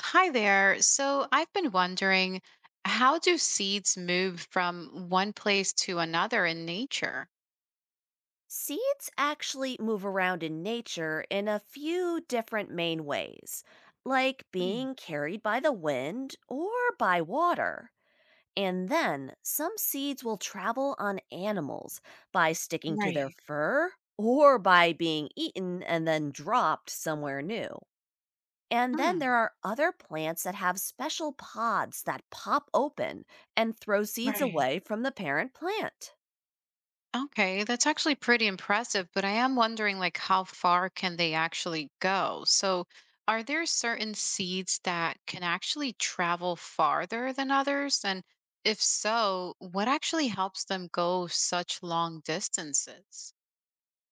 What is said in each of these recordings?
Hi there. So I've been wondering, how do seeds move from one place to another in nature? Seeds actually move around in nature in a few different main ways, like Mm. being carried by the wind or by water. And then some seeds will travel on animals by sticking to their Right. fur or by being eaten and then dropped somewhere new. And then Hmm. there are other plants that have special pods that pop open and throw seeds Right. away from the parent plant. Okay, that's actually pretty impressive, but I am wondering like how far can they actually go? So are there certain seeds that can actually travel farther than others? And if so, what actually helps them go such long distances?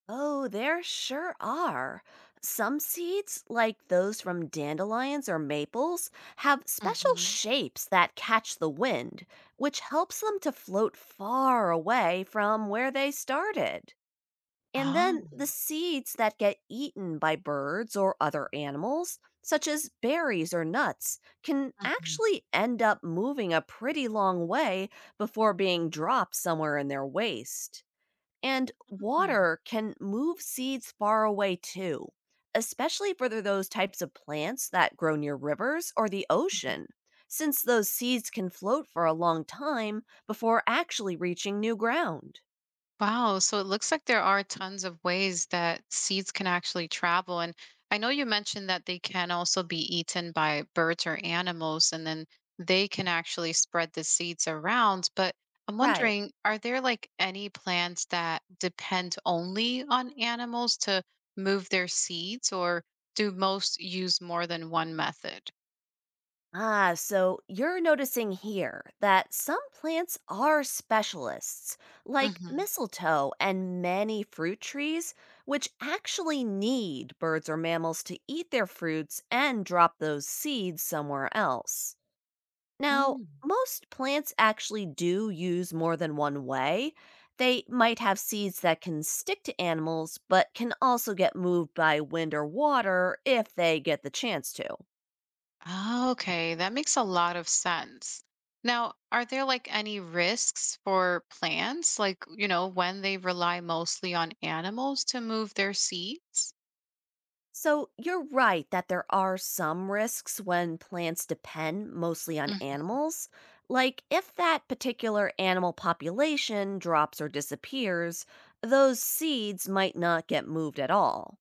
Oh, there sure are. Some seeds, like those from dandelions or maples, have special Mm-hmm. shapes that catch the wind, which helps them to float far away from where they started. And then Oh. the seeds that get eaten by birds or other animals, such as berries or nuts, can actually end up moving a pretty long way before being dropped somewhere in their waste. And Mm-hmm. water can move seeds far away too, especially for those types of plants that grow near rivers or the ocean, since those seeds can float for a long time before actually reaching new ground. Wow. So it looks like there are tons of ways that seeds can actually travel. And I know you mentioned that they can also be eaten by birds or animals, and then they can actually spread the seeds around. But I'm Right. wondering, are there like any plants that depend only on animals to move their seeds, or do most use more than one method? Ah, so you're noticing here that some plants are specialists, like mistletoe and many fruit trees, which actually need birds or mammals to eat their fruits and drop those seeds somewhere else. Now, Hmm. most plants actually do use more than one way. They might have seeds that can stick to animals, but can also get moved by wind or water if they get the chance to. Oh, okay, that makes a lot of sense. Now, are there like any risks for plants, like, when they rely mostly on animals to move their seeds? So, you're right that there are some risks when plants depend mostly on Mhm. animals. Like, if that particular animal population drops or disappears, those seeds might not get moved at all.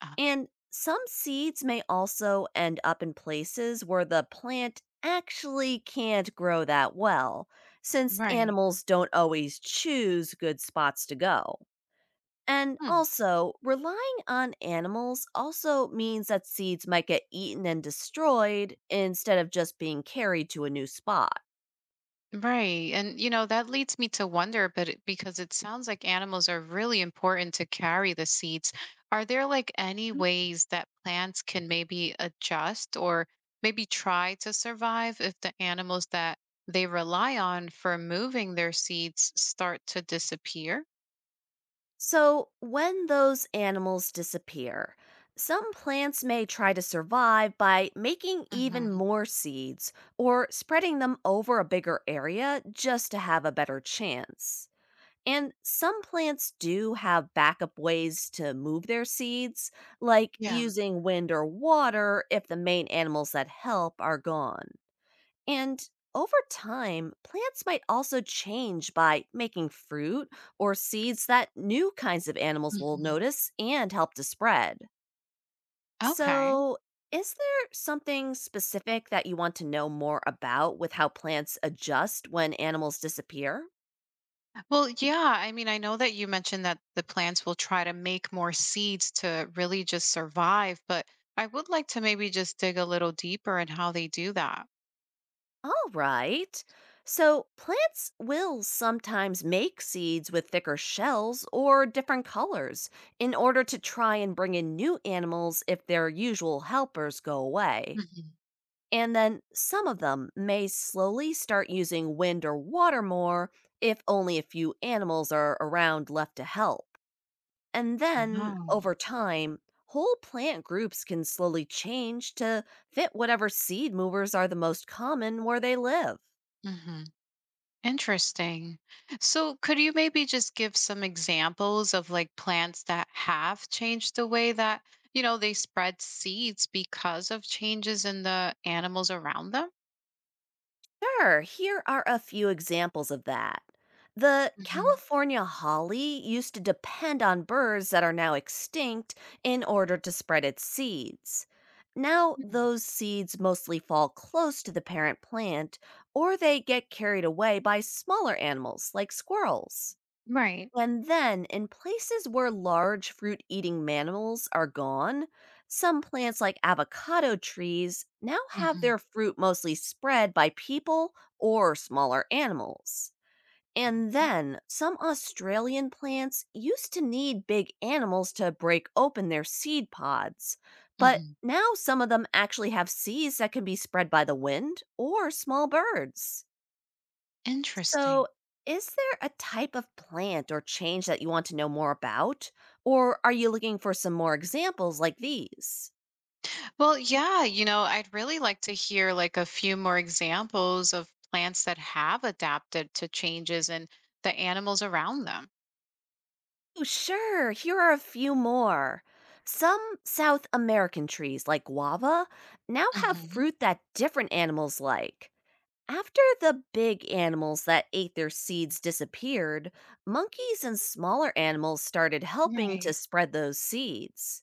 Uh, And some seeds may also end up in places where the plant actually can't grow that well, since right. animals don't always choose good spots to go. And also, relying on animals also means that seeds might get eaten and destroyed instead of just being carried to a new spot. Right. And, that leads me to wonder, but because it sounds like animals are really important to carry the seeds, are there like any Mhm. ways that plants can maybe adjust or maybe try to survive if the animals that they rely on for moving their seeds start to disappear? So, when those animals disappear, some plants may try to survive by making even Hmm. more seeds or spreading them over a bigger area just to have a better chance. And some plants do have backup ways to move their seeds, like Yeah. using wind or water if the main animals that help are gone. And over time, plants might also change by making fruit or seeds that new kinds of Hmm. animals will Mhm. notice and help to spread. Okay. So, is there something specific that you want to know more about with how plants adjust when animals disappear? Well, yeah. I mean, I know that you mentioned that the plants will try to make more seeds to really just survive, but I would like to maybe just dig a little deeper in how they do that. All right. So, plants will sometimes make seeds with thicker shells or different colors in order to try and bring in new animals if their usual helpers go away. Mhm. And then some of them may slowly start using wind or water more if only a few animals are around left to help. And then, Oh. over time, whole plant groups can slowly change to fit whatever seed movers are the most common where they live. hmm Interesting. So, could you maybe just give some examples of like plants that have changed the way that they spread seeds because of changes in the animals around them? Sure, here are a few examples of that. The Mhm. California holly used to depend on birds that are now extinct in order to spread its seeds. Now, Mhm. those seeds mostly fall close to the parent plant, or they get carried away by smaller animals like squirrels. Right. And then, in places where large fruit eating mammals are gone, some plants like avocado trees now have hmm their fruit mostly spread by people or smaller animals. And then, some Australian plants used to need big animals to break open their seed pods, but hmm now some of them actually have seeds that can be spread by the wind or small birds. Interesting. So, is there a type of plant or change that you want to know more about? Or are you looking for some more examples like these? Well, yeah, I'd really like to hear like a few more examples of plants that have adapted to changes in the animals around them. Oh, sure, here are a few more. Some South American trees, like guava, now have Mhm. fruit that different animals like. After the big animals that ate their seeds disappeared, monkeys and smaller animals started helping to Right. spread those seeds.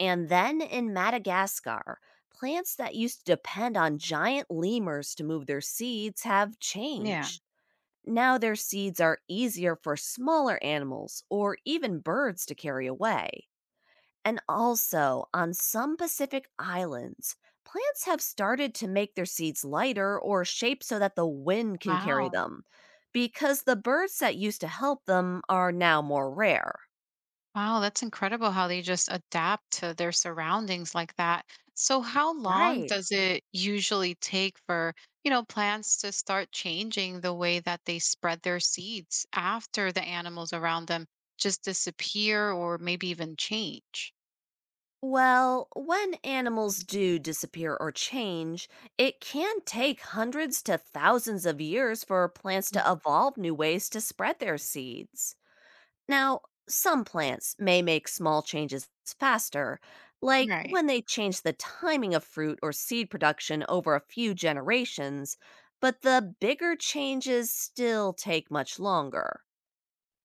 And then in Madagascar, plants that used to depend on giant lemurs to move their seeds have Yeah. changed. Now their seeds are easier for smaller animals or even birds to carry away. And also, on some Pacific islands, plants have started to make their seeds lighter or shaped so that the wind can carry Wow. them, because the birds that used to help them are now more rare. Wow, that's incredible how they just adapt to their surroundings like that. So how long Right. does it usually take for plants to start changing the way that they spread their seeds after the animals around them just disappear or maybe even change? Well, when animals do disappear or change, it can take hundreds to thousands of years for plants to Mhm. evolve new ways to spread their seeds. Now, some plants may make small changes faster, like Right. when they change the timing of fruit or seed production over a few generations, but the bigger changes still take much longer.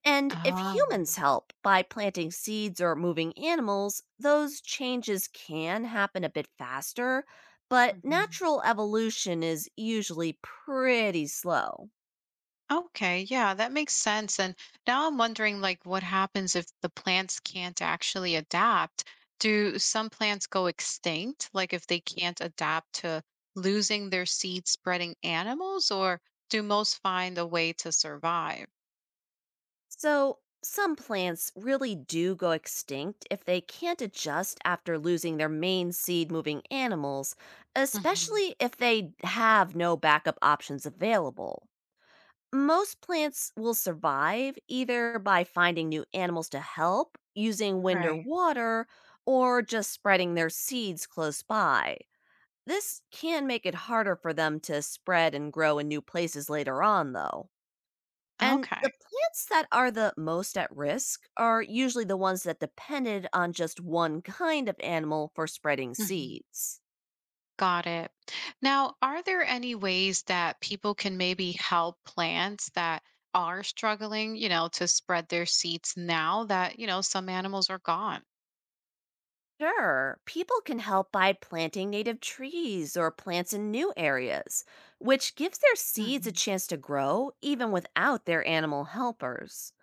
And if Oh. humans help by planting seeds or moving animals, those changes can happen a bit faster, but Mhm. natural evolution is usually pretty slow. Okay, yeah, that makes sense. And now I'm wondering like what happens if the plants can't actually adapt? Do some plants go extinct? Like if they can't adapt to losing their seed spreading animals, or do most find a way to survive? So, some plants really do go extinct if they can't adjust after losing their main seed moving animals, Mhm. especially if they have no backup options available. Most plants will survive either by finding new animals to help, using wind or Right. water, or just spreading their seeds close by. This can make it harder for them to spread and grow in new places later on, though. And the Okay. plants that are the most at risk are usually the ones that depended on just one kind of animal for spreading seeds. Got it. Now, are there any ways that people can maybe help plants that are struggling, to spread their seeds now that some animals are gone? Sure, people can help by planting native trees or plants in new areas, which gives their seeds a Mhm. chance to grow even without their animal helpers.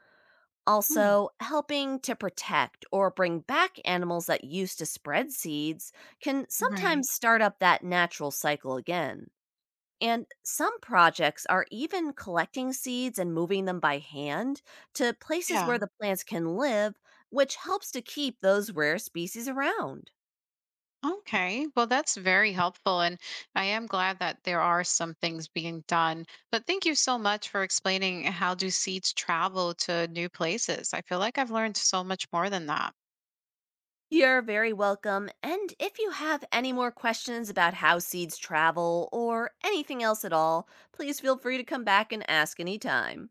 Mm. Also, helping to protect or bring back animals that used to spread seeds can Right. sometimes start up that natural cycle again. And some projects are even collecting seeds and moving them by hand to places Yeah. where the plants can live, which helps to keep those rare species around. Okay. Well, that's very helpful. And I am glad that there are some things being done. But thank you so much for explaining how do seeds travel to new places. I feel like I've learned so much more than that. You're very welcome. And if you have any more questions about how seeds travel or anything else at all, please feel free to come back and ask anytime.